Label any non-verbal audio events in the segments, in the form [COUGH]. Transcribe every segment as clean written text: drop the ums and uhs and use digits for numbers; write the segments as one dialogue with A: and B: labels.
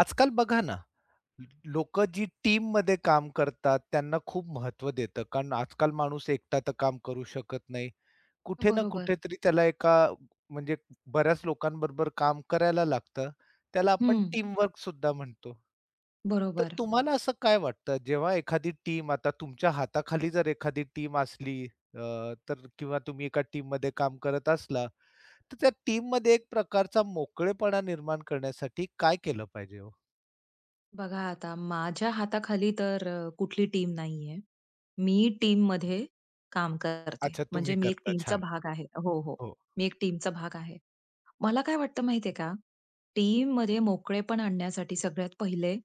A: आजकाल बघा ना, लोकं जी टीममध्ये काम करतात त्यांना खूप महत्व देतं. कारण आजकाल माणूस एकटा तर काम करू शकत नाही. कुठे ना
B: बरोबर.
A: कुठेतरी त्याला एका म्हणजे बऱ्याच लोकांबरोबर काम करायला लागतं. त्याला आपण
B: हं,
A: टीमवर्कसुद्धा म्हणतो. तर
B: बरोबर.
A: तुम्हाला असं काय वाटतं जेव्हा एखादी टीम आता तुमच्या हाताखाली जर एखादी टीम असली अ, तर किंवा तुम्ही एका टीममध्ये काम करत असला, तर त्या टीममध्ये एक प्रकारचा मोकळेपणा निर्माण करण्यासाठी काय केलं पाहिजे हो?
B: बघा आता माझ्या हाताखाली तर कुठली टीम नाहीये. मी टीममध्ये काम करते.
A: अच्छा, तुम्ही
B: म्हणजे मी एक
A: करता.
B: टीमचा
A: छान.
B: भाग आहे. हो, हो.
A: हो.
B: मी एक टीमचा भाग आहे. मला काय वाटतं माहितीये का? टीममध्ये मोकळेपण आणण्यासाठी सगळ्यात पहिले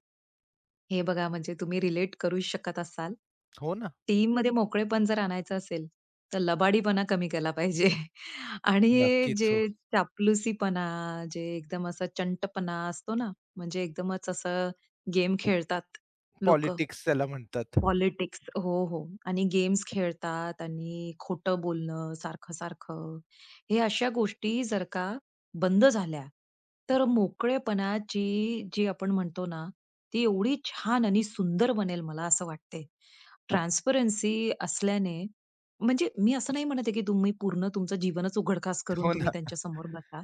B: हे बघा म्हणजे तुम्ही रिलेट करू शकत असाल.
A: हो ना.
B: टीममध्ये मोकळेपण जर आणायचं असेल, तर लबाडीपणा कमी केला पाहिजे [LAUGHS] आणि
A: नक्कीच
B: जे
A: हो.
B: चापलुसीपणा, जे एकदम असा चंटपणा असतो ना, म्हणजे एकदमच असं गेम खेळतात लोकं.
A: पॉलिटिक्स त्याला म्हणतात.
B: पॉलिटिक्स. हो, हो. आणि गेम्स खेळतात आणि खोटं बोलणं सारखं-सारखं. हे अशा गोष्टी जर का बंद झाल्या, तर मोकळेपणाची जी आपण म्हणतो ना, ती एवढी छान आणि सुंदर बनेल मला असं वाटते. ट्रान्सपरन्सी असल्याने म्हणजे मी असं नाही म्हणत आहे की तुम्ही पूर्ण तुमचं जीवनच उघडकास करून
A: हो
B: तुम्ही
A: ना.
B: त्यांच्यासमोर बसा,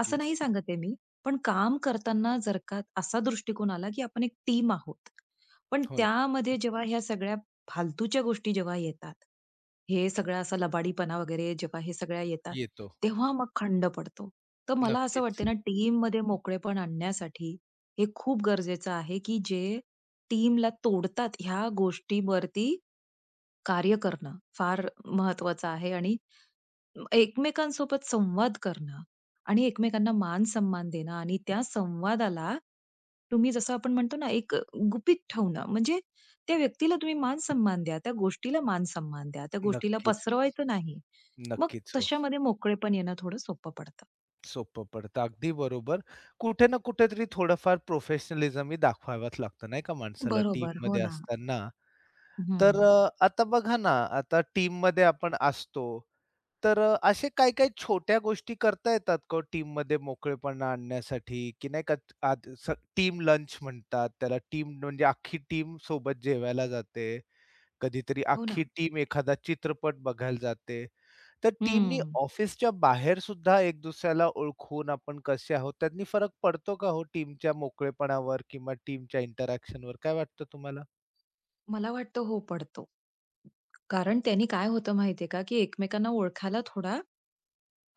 B: असं नाही सांगत आहे मी. पण काम करताना जर का असा दृष्टिकोन आला की आपण एक टीम आहोत. पण
A: हो ना.
B: त्यामध्ये जेव्हा ह्या सगळ्या फालतूच्या गोष्टी जेव्हा येतात, हे सगळा असा लबाडीपणा वगैरे जेव्हा हे सगळ्या येतात,
A: येतो.
B: तेव्हा मग खंड पडतो. तर मला असं
A: नक्कीच,
B: वाटतं ना, टीममध्ये मोकळेपण आणण्यासाठी हे खूप गरजेचं आहे, की जे टीमला तोडतात ह्या गोष्टीवरती कार्य करणं फार महत्वाचं आहे आणि एकमेकांसोबत संवाद करणं आणि एकमेकांना मान-सन्मान देणं आणि त्या संवादाला तुम्ही जसं आपण म्हणतो ना, एक गुपित ठेवणं. म्हणजे त्या व्यक्तीला तुम्ही मान-सन्मान द्या, त्या गोष्टीला मान-सन्मान द्या, त्या गोष्टीला
A: नक्कीच,
B: पसरवायचं नाही. मग
A: नक्कीच हो.
B: तशामध्ये मोकळेपण येणं थोडं सोपं पडतं.
A: सोपं पडतं. अगदी बरोबर. कुठे ना कुठेतरी थोडंफार प्रोफेशनलिझमही दाखवावाच लागतं नाही का माणसाला
B: बरोबर. हो
A: टीममध्ये
B: ना.
A: असताना. तर
B: हं.
A: आता बघा ना, आता टीममध्ये आपण असतो. तर असे काही काही छोट्या गोष्टी करता येतात का हो टीममध्ये मोकळेपणा आणण्यासाठी? की नाही का आज स टीम लंच म्हणतात त्याला. टीम म्हणजे अख्खी टीम सोबत जेवायला जाते. कधीतरी
B: हो
A: अख्खी
B: ना.
A: टीम एखादा चित्रपट बघायला जाते. तर टीमनी
B: हं.
A: ऑफिसच्या बाहेर सुद्धा एक दुसऱ्याला ओळखून आपण कसे आहोत, त्यातनी फरक पडतो का हो टीमच्या मोकळेपणावर किंवा टीमच्या इंटरॅक्शनवर? काय वाटतं तुम्हाला?
B: मला वाटतं हो, पडतो. कारण त्यांनी काय होतं माहितीये का, की एकमेकांना ओळखायला थोडा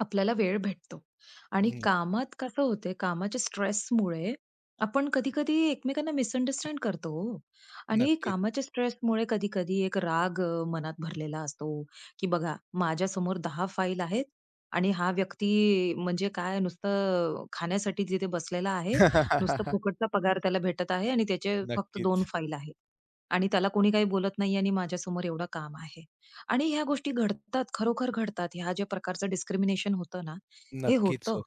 B: आपल्याला वेळ भेटतो आणि
A: हं,
B: कामात कसं होते कामाच्या स्ट्रेसमुळे आपण कधी-कधी एकमेकांना मिसअंडरस्टँड करतो हो. आणि
A: नक्कीच.
B: कामाच्या स्ट्रेसमुळे कधी-कधी एक राग मनात भरलेला असतो, की बघा माझ्यासमोर 10 फाईल आहेत आणि हा व्यक्ती म्हणजे काय नुसतं खाण्यासाठी तिथे बसलेला आहे. नुसतं
A: [LAUGHS]
B: फुकटचा पगार त्याला भेटत आहे आणि त्याचे फक्त 2
A: नक्कीच.
B: फाईल आहेत. आणि त्याला कोणी काही बोलत नाही आणि माझ्यासमोर एवढं काम आहे. आणि ह्या गोष्टी घडतात, खरोखर घडतात. ह्या ज्या प्रकारचं डिस्क्रिमिनेशन होतं ना, हे
A: नक्कीच
B: होतं.
A: हो.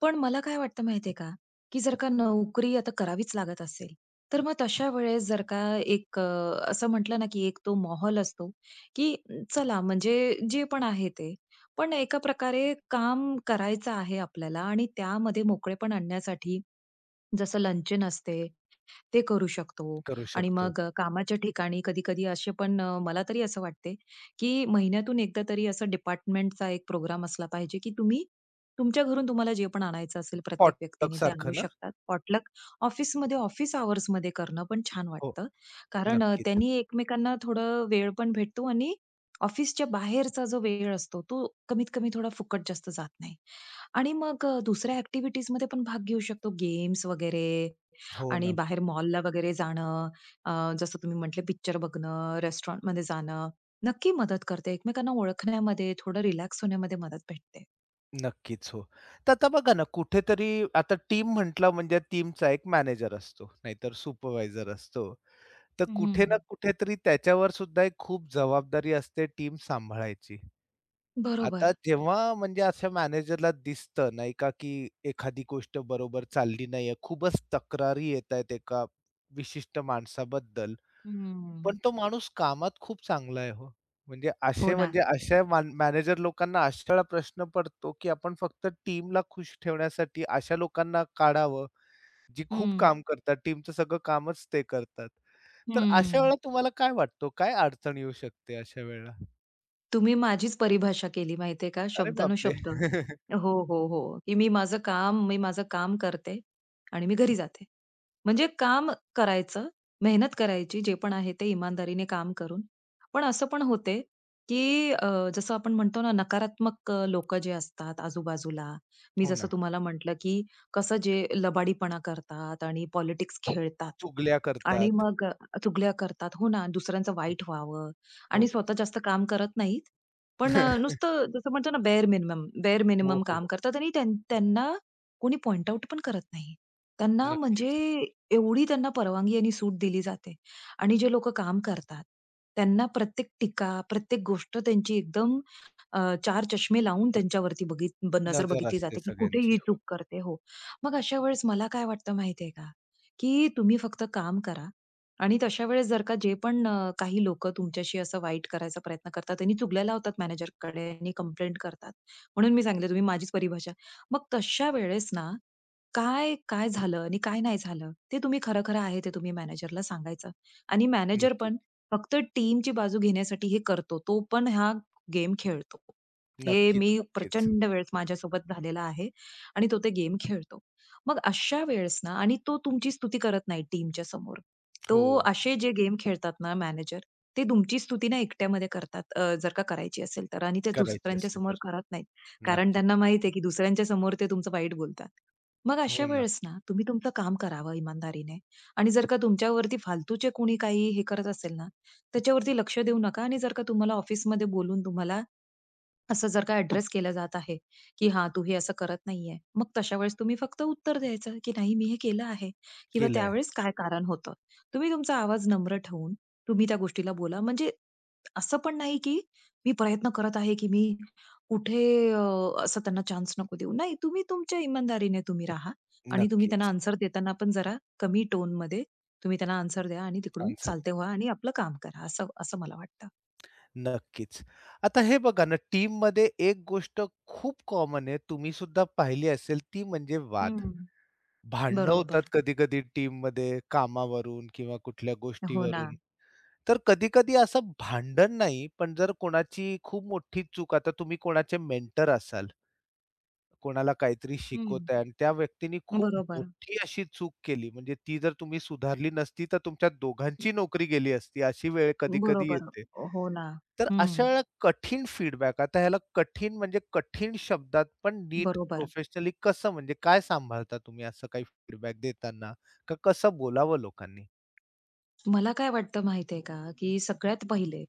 B: पण मला काय वाटतं माहितीये का, की जर का नोकरी आता करावीच लागत असेल, तर मग तशा वेळेस जर का एक असं म्हटलं ना, की एक तो माहोल असतो, की चला म्हणजे जे पण आहे ते. पण एका प्रकारे काम करायचं आहे आपल्याला आणि त्यामध्ये मोकळेपण आणण्यासाठी जसं लंचन असते ते करू शकतो.
A: करू
B: आणि
A: शकतो.
B: मग कामाच्या ठिकाणी कधी-कधी असे पण मला तरी असं वाटते, की महिन्यातून एकदा तरी असं डिपार्टमेंटचा एक प्रोग्राम असला पाहिजे, की तुम्ही तुमच्या घरून तुम्हाला जे पण आणायचं असेल प्रत्येक
A: पॉटलक
B: व्यक्तीने ते
A: सारखं
B: आणू
A: ना?
B: शकतात. पॉटलक ऑफिसमध्ये ऑफिस अवर्समध्ये करणं पण छान
A: हो.
B: वाटतं. कारण
A: नक्कीच.
B: त्यांनी एकमेकांना थोडं वेळ पण भेटतो आणि ऑफिसच्या बाहेरचा जो वेळ असतो तो कमीत कमी थोडा फुकट जास्त जात नाही. आणि मग दुसऱ्या ॲक्टिव्हिटीजमध्ये पण भाग घेऊ शकतो. गेम्स वगैरे
A: हो
B: आणि
A: ना.
B: बाहेर मॉलला वगैरे जाणं, जसं तुम्ही म्हटले पिक्चर बघणं, रेस्टॉरंटमध्ये जाणं, नक्की मदत करते. एकमेकांना ओळखण्यामध्ये, थोडं रिलॅक्स होण्यामध्ये मदत भेटते.
A: नक्कीच हो. तर आता बघा ना कुठेतरी आता टीम म्हटलं म्हणजे टीमचा एक मॅनेजर असतो, नाहीतर सुपरवायझर असतो. तर
B: हं.
A: कुठे ना कुठेतरी त्याच्यावर सुद्धा एक खूप जबाबदारी असते टीम सांभाळायची. आता
B: बरोबर.
A: जेव्हा म्हणजे अशा मॅनेजरला दिसतं नाही का, की एखादी गोष्ट बरोबर चालली नाहीये, खूपच तक्रारी येतायत एका विशिष्ट माणसाबद्दल,
B: हं.
A: पण तो माणूस कामात खूप चांगला आहे हो. म्हणजे असे
B: हो
A: हां.
B: ना.
A: म्हणजे अशा मॅनेजर लोकांना अशा वेळेला प्रश्न पडतो, की आपण फक्त टीमला खुश ठेवण्यासाठी अशा लोकांना काढावं, जी खूप
B: हं.
A: काम करतात. टीमचं सगळं कामच ते करतात. तर अशा वेळेला
B: हं.
A: तुम्हाला काय वाटतं, काय अडचण येऊ शकते अशा वेळेला?
B: तुम्ही माझीच परिभाषा केली माहितीये का,
A: अरे बापरे!
B: शब्दानुशब्द.
A: [LAUGHS]
B: हो, हो, हो. की मी माझं काम करते आणि मी घरी जाते. म्हणजे काम करायचं, मेहनत करायची जे पण आहे ते इमानदारीने काम करून. पण असं पण होते, की जसं आपण म्हणतो ना नकारात्मक लोकं जे असतात आजूबाजूला. मी
A: हो
B: जसं
A: ना.
B: तुम्हाला म्हटलं, की कसं जे लबाडीपणा करतात आणि पॉलिटिक्स खेळतात
A: चुगल्या
B: आणि
A: करतात.
B: मग चुगल्या करतात. हो ना, दुसऱ्यांचं वाईट व्हावं आणि
A: हो.
B: स्वतः जास्त काम करत नाहीत. पण
A: [LAUGHS]
B: नुसतं जसं म्हणतो ना बेअर मिनिमम, बेअर
A: हो,
B: मिनिमम
A: हो.
B: काम करतात आणि त्यांना कोणी पॉइंट आउट पण करत नाही. त्यांना म्हणजे
A: नक्कीच.
B: एवढी त्यांना परवानगी आणि सूट दिली जाते आणि जे लोकं काम करतात, त्यांना प्रत्येक टीका, प्रत्येक गोष्ट त्यांची एकदम अ, चार चष्मे लावून त्यांच्यावरती बघित ब नजर
A: नजर
B: बघितली
A: असते
B: जाते, की कुठे
A: सगळ्यांची.
B: ही
A: हो.
B: चूक करते. हो. मग अशा वेळेस मला काय वाटतं माहितीये का, की तुम्ही फक्त काम करा. आणि तशा वेळेस जर का जे पण काही लोकं तुमच्याशी असं वाईट करायचा प्रयत्न करतात आणि चुगल्याला होतात मॅनेजरकडे आणि कंप्लेंट करतात. म्हणून मी सांगितलं तुम्ही माझीच परिभाषा. मग तशा वेळेस ना, काय काय झालं आणि काय नाही झालं, ते तुम्ही खरं-खरं आहे ते तुम्ही मॅनेजरला सांगायचं. आणि मॅनेजर
A: नक्की.
B: पण फक्त टीमची बाजू घेण्यासाठी हे करतो. तो पण हा गेम खेळतो. हे
A: नक्कीच,
B: मी
A: नक्कीच.
B: प्रचंड वेळेस माझ्यासोबत झालेलं आहे आणि तो ते गेम खेळतो. मग अशा वेळेस ना आणि तो तुमची स्तुती करत नाही टीमच्या समोर.
A: हो.
B: तो असे जे गेम खेळतात ना मॅनेजर, ते तुमची स्तुती ना एकट्यामध्ये करतात जर का करायची असेल तर आणि ते
A: करायची
B: दुसऱ्यांच्या
A: असली तर.
B: समोर करत नाहीत. कारण
A: नक्की.
B: त्यांना माहीत आहे, की दुसऱ्यांच्या समोर ते तुमचं वाईट बोलतात. मग
A: हो
B: अशा
A: ना.
B: वेळेस ना तुम्ही तुमचं काम करावं इमानदारीने आणि जर का तुमच्यावरती फालतूचे कोणी काही हे करत असेल ना, त्याच्यावरती लक्ष देऊ नका आणि जर का तुम्हाला ऑफिसमध्ये बोलून तुम्हाला असं जर का ॲड्रेस केला जात आहे, की "हां, तू हे असं करत नाहीये." मग तशा वेळेस तुम्ही फक्त उत्तर द्यायचं, की "नाही, मी हे केलं आहे" किंवा
A: केलंय.
B: त्यावेळेस काय कारण होतं. तुम्ही तुमचा आवाज नम्र ठेवून तुम्ही त्या गोष्टीला बोला. म्हणजे असं पण नाही, की मी प्रयत्न करत आहे, की मी कुठे अ, असं त्यांना चान्स नको देऊ. नाही, तुम्ही तुमच्या इमानदारीने तुम्ही राहा आणि तुम्ही त्यांना
A: नक्कीच.
B: आन्सर देताना पण जरा कमी टोनमध्ये तुम्ही त्यांना आन्सर द्या आणि तिकडून
A: छान
B: चालते
A: सध्या.
B: व्हा आणि आपलं काम करा. असं असं मला वाटतं.
A: नक्कीच. आता हे बघा ना, टीममध्ये एक गोष्ट खूप कॉमन आहे. तुम्ही सुद्धा पाहिली असेल, ती म्हणजे वाद.
B: हं.
A: भांडणं हो. होतात
B: बरोबर.
A: कधी-कधी टीममध्ये कामावरून किंवा कुठल्या
B: हो ना.
A: गोष्टीवरून. तर कधी-कधी असं भांडण नाही, पण जर कोणाची खूप मोठी चूक आता तुम्ही कोणाचे मेंटर असाल, कोणाला काहीतरी
B: हं.
A: शिकवताय आणि त्या व्यक्तीने खूप
B: बरोबर.
A: मोठी अशी चूक केली, म्हणजे ती जर तुम्ही सुधारली नसती, तर तुमच्या दोघांची नोकरी गेली असती, अशी वेळ कधी-कधी
B: बरोबर.
A: येते.
B: हो ना.
A: तर अशा
B: हं.
A: वेळेला कठीण फीडबॅक आता ह्याला कठीण म्हणजे कठीण शब्दात पण नीट
B: बरोबर.
A: प्रोफेशनली कसं म्हणजे काय सांभाळता तुम्ही असं काही फीडबॅक देताना? का कसं बोलावं लोकांनी?
B: मला काय वाटतं माहितीये का, की सगळ्यात पहिले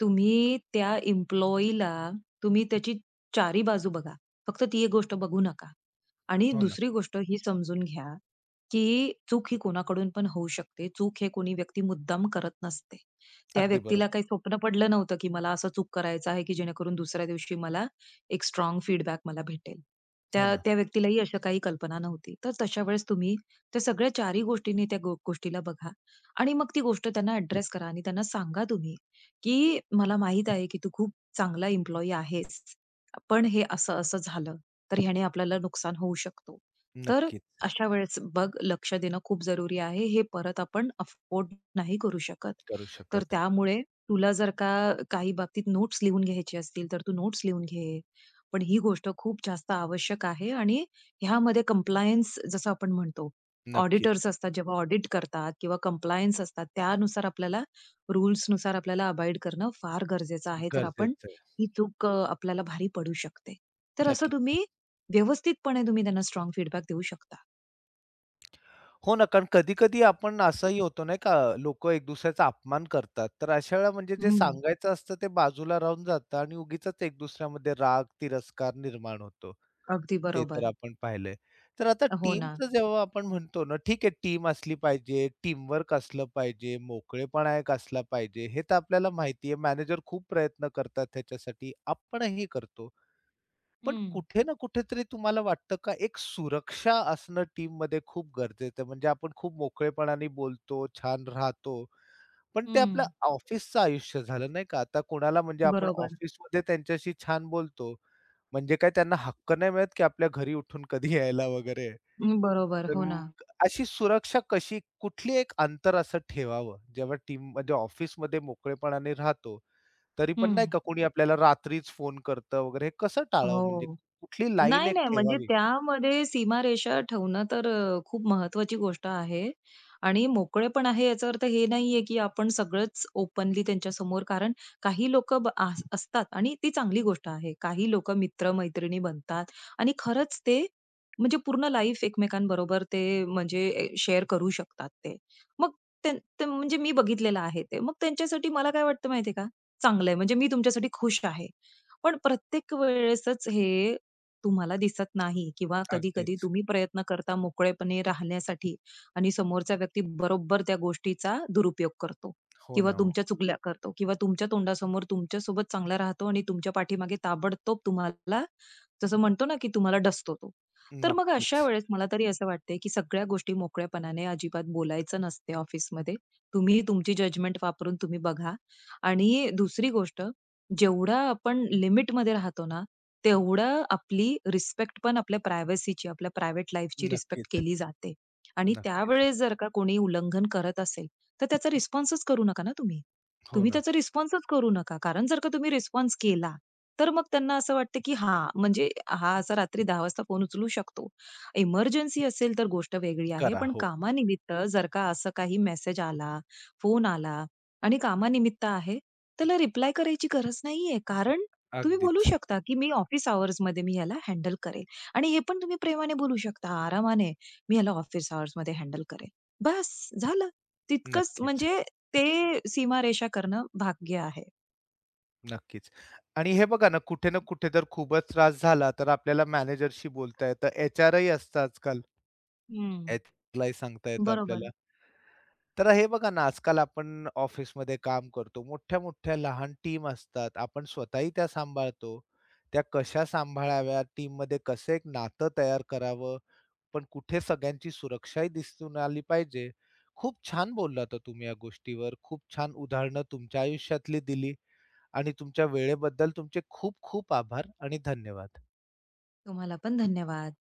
B: तुम्ही त्या एम्प्लॉयीला तुम्ही त्याची चारी बाजू बघा. फक्त ती एक गोष्ट बघू नका. आणि
A: हो ना.
B: दुसरी गोष्ट ही समजून घ्या, की चूक ही कोणाकडून पण होऊ शकते. चूक हे कोणी व्यक्ती मुद्दाम करत नसते. त्या
A: अगदी
B: व्यक्तीला
A: बरोबर.
B: काही स्वप्न पडलं नव्हतं, की मला असं चूक करायचं आहे, की जेणेकरून दुसऱ्या दिवशी मला एक स्ट्रॉंग फीडबॅक मला भेटेल.
A: हो
B: त्या
A: ना.
B: त्या व्यक्तीलाही अशा काही कल्पना नव्हती. तर तशा वेळेस तुम्ही त्या सगळ्या चारही गोष्टींनी त्या गोष्टीला बघा आणि मग ती गोष्ट त्यांना अॅड्रेस करा आणि त्यांना सांगा तुम्ही, की "मला माहीत आहे, की तू खूप चांगला एम्प्लॉयी आहेस, पण हे असं-असं झालं. तर ह्याने आपल्याला नुकसान होऊ शकतो. तर
A: नक्कीच
B: अशा वेळेस बघ लक्ष देणं खूप जरुरी आहे. हे परत आपण अफोर्ड नाही करू शकत.
A: करू
B: तर
A: शकत.
B: त्यामुळे तुला जर का काही बाबतीत नोट्स लिहून घ्यायचे असतील, तर तू नोट्स लिहून घे. पण ही गोष्ट खूप जास्त आवश्यक आहे आणि ह्यामध्ये कंप्लायन्स जसं आपण म्हणतो,
A: नक्कीच.
B: ऑडिटर्स असतात जेव्हा ऑडिट करतात किंवा कंप्लायन्स असतात, त्यानुसार आपल्याला रूल्सनुसार आपल्याला अबाईड करणं फार गरजेचं आहे. तर आपण
A: गरजेचं आहे.
B: ही चूक आपल्याला भारी पडू शकते. तर असं
A: नक्कीच.
B: तुम्ही व्यवस्थितपणे तुम्ही त्यांना स्ट्रॉंग फीडबॅक देऊ शकता.
A: हो ना, कारण कधी-कधी आपण असंही होतो नाही का, लोकं एक दुसऱ्याचा अपमान करतात. तर अशा वेळेला म्हणजे जे
B: हं.
A: सांगायचं असतं ते बाजूला राहून जातं आणि उगीचच एक दुसऱ्यामध्ये राग, तिरस्कार निर्माण होतो.
B: अगदी
A: ते तर
B: बरोबर.
A: आपण पाहिलंय. तर आता
B: हो ना.
A: टीमचं जेव्हा आपण म्हणतो ना, ठीक आहे टीम असली पाहिजे, टीमवर्क असलं पाहिजे, मोकळेपणा एक असला पाहिजे, हे तर आपल्याला माहिती आहे. मॅनेजर खूप प्रयत्न करतात त्याच्यासाठी, आपणही करतो. पण
B: हं,
A: कुठे ना कुठेतरी तुम्हाला वाटतं का एक सुरक्षा असणं टीममध्ये खूप गरजेचं आहे. म्हणजे आपण खूप मोकळेपणाने बोलतो, छान राहतो. पण ते आपलं
B: हं.
A: ऑफिसचं आयुष्य झालं नाही का. आता कोणाला म्हणजे आपण
B: बरोबर.
A: ऑफिसमध्ये त्यांच्याशी छान बोलतो. म्हणजे काय त्यांना हक्क नाही मिळत, की आपल्या घरी उठून कधी यायला वगैरे.
B: हं, बरोबर.
A: तर
B: हो ना.
A: मग अशी सुरक्षा कशी कुठली एक अंतर असं ठेवावं, जेव्हा टीम म्हणजे ऑफिसमध्ये मोकळेपणाने राहतो, तरी पण नाही
B: हं.
A: का कोणी आपल्याला रात्रीच फोन करतं वगैरे, हे कसं टाळावं म्हणजे
B: हो.
A: कुठली लाईन
B: नाही,
A: एक
B: नाही. म्हणजे
A: ठेवावी?
B: त्यामध्ये सीमारेषा ठेवणं तर खूप महत्त्वाची गोष्ट आहे आणि मोकळेपण आहे याचा अर्थ हे नाहीये, की आपण सगळंच ओपनली त्यांच्या समोर कारण काही लोकं असतात आणि ती चांगली गोष्ट आहे. काही लोकं मित्र-मैत्रिणी बनतात आणि खरंच ते म्हणजे पूर्ण लाईफ एकमेकांबरोबर ते म्हणजे शेअर करू शकतात ते. मग त्यां ते म्हणजे मी बघितलेलं आहे ते. मग त्यांच्यासाठी मला काय वाटतं माहितीये का? चांगलं म्हणजे मी तुमच्यासाठी खुश आहे. पण प्रत्येक वेळेसच हे तुम्हाला दिसत नाही किंवा कधी-कधी
A: अगदीच.
B: तुम्ही प्रयत्न करता मोकळेपणे राहण्यासाठी आणि समोरचा व्यक्ती बरोबर त्या गोष्टीचा दुरुपयोग करतो
A: हो
B: किंवा
A: ना, हो.
B: तुमच्या चुगल्या करतो किंवा तुमच्या तोंडासमोर तुमच्यासोबत चांगला राहतो आणि तुमच्या पाठीमागे ताबडतोब तुम्हाला जसं म्हणतो ना, की तुम्हाला डसतो तो. तर मग
A: नक्कीच,
B: अशा वेळेस मला तरी असं वाटतंय, की सगळ्या गोष्टी मोकळ्यापणाने अजिबात बोलायचं नसते ऑफिसमध्ये. तुम्ही तुमची जजमेंट वापरून तुम्ही बघा आणि दुसरी गोष्ट जेवढं आपण लिमिटमध्ये राहतो ना, तेवढं आपली रिस्पेक्ट पण आपल्या प्रायव्हसीची, आपल्या प्रायव्हेट लाईफची रिस्पेक्ट
A: नक्कीच,
B: केली जाते. आणि
A: नक्कीच.
B: त्यावेळेस जर का कोणी उल्लंघन करत असेल, तर त्याचा रिस्पॉन्सच करू नका ना तुम्ही.
A: हो
B: तुम्ही
A: ना.
B: त्याचा रिस्पॉन्सच करू नका. कारण जर का तुम्ही रिस्पॉन्स केला, तर मग त्यांना असं वाटतं, की हां, म्हणजे हा असा रात्री 10:00 वाजता फोन उचलू शकतो. इमर्जन्सी असेल तर गोष्ट वेगळी आहे.
A: करा.
B: पण
A: हो.
B: कामानिमित्त जर का असं काही मेसेज आला, फोन आला आणि कामानिमित्त आहे, त्याला रिप्लाय करायची गरज नाहीये. कारण तुम्ही बोलू
A: अगदीच.
B: शकता, की "मी ऑफिस अवर्समध्ये ह्याला हँडल करेल." आणि हे पण तुम्ही प्रेमाने बोलू शकता, आरामाने, "मी याला ऑफिस अवर्समध्ये हँडल करेल." बस झालं. तितकंच
A: नक्कीच.
B: म्हणजे ते सीमारेषा करणं भाग्य आहे.
A: नक्कीच. आणि हे बघा ना, कुठे ना कुठे जर खूपच त्रास झाला, तर आपल्याला मॅनेजरशी बोलता येतं. एचआरही असतं आजकाल.
B: हं.
A: एचआरलाही सांगता येतं
B: बरोबर.
A: आपल्याला. तर हे बघा ना, आजकाल आपण ऑफिसमध्ये काम करतो. मोठ्या-मोठ्या लहान टीम असतात. आपण स्वतःही त्या सांभाळतो. त्या कशा सांभाळाव्या, टीममध्ये कसं एक नातं तयार करावं, पण कुठे सगळ्यांची सुरक्षाही दिसून आली पाहिजे. खूप छान बोललात हो तुम्ही या गोष्टीवर. खूप छान उदाहरणं तुमच्या आयुष्यातली दिली. आणि तुमच्या वेळेबद्दल तुमचे खूप खूप आभार आणि धन्यवाद.
B: तुम्हाला पण धन्यवाद.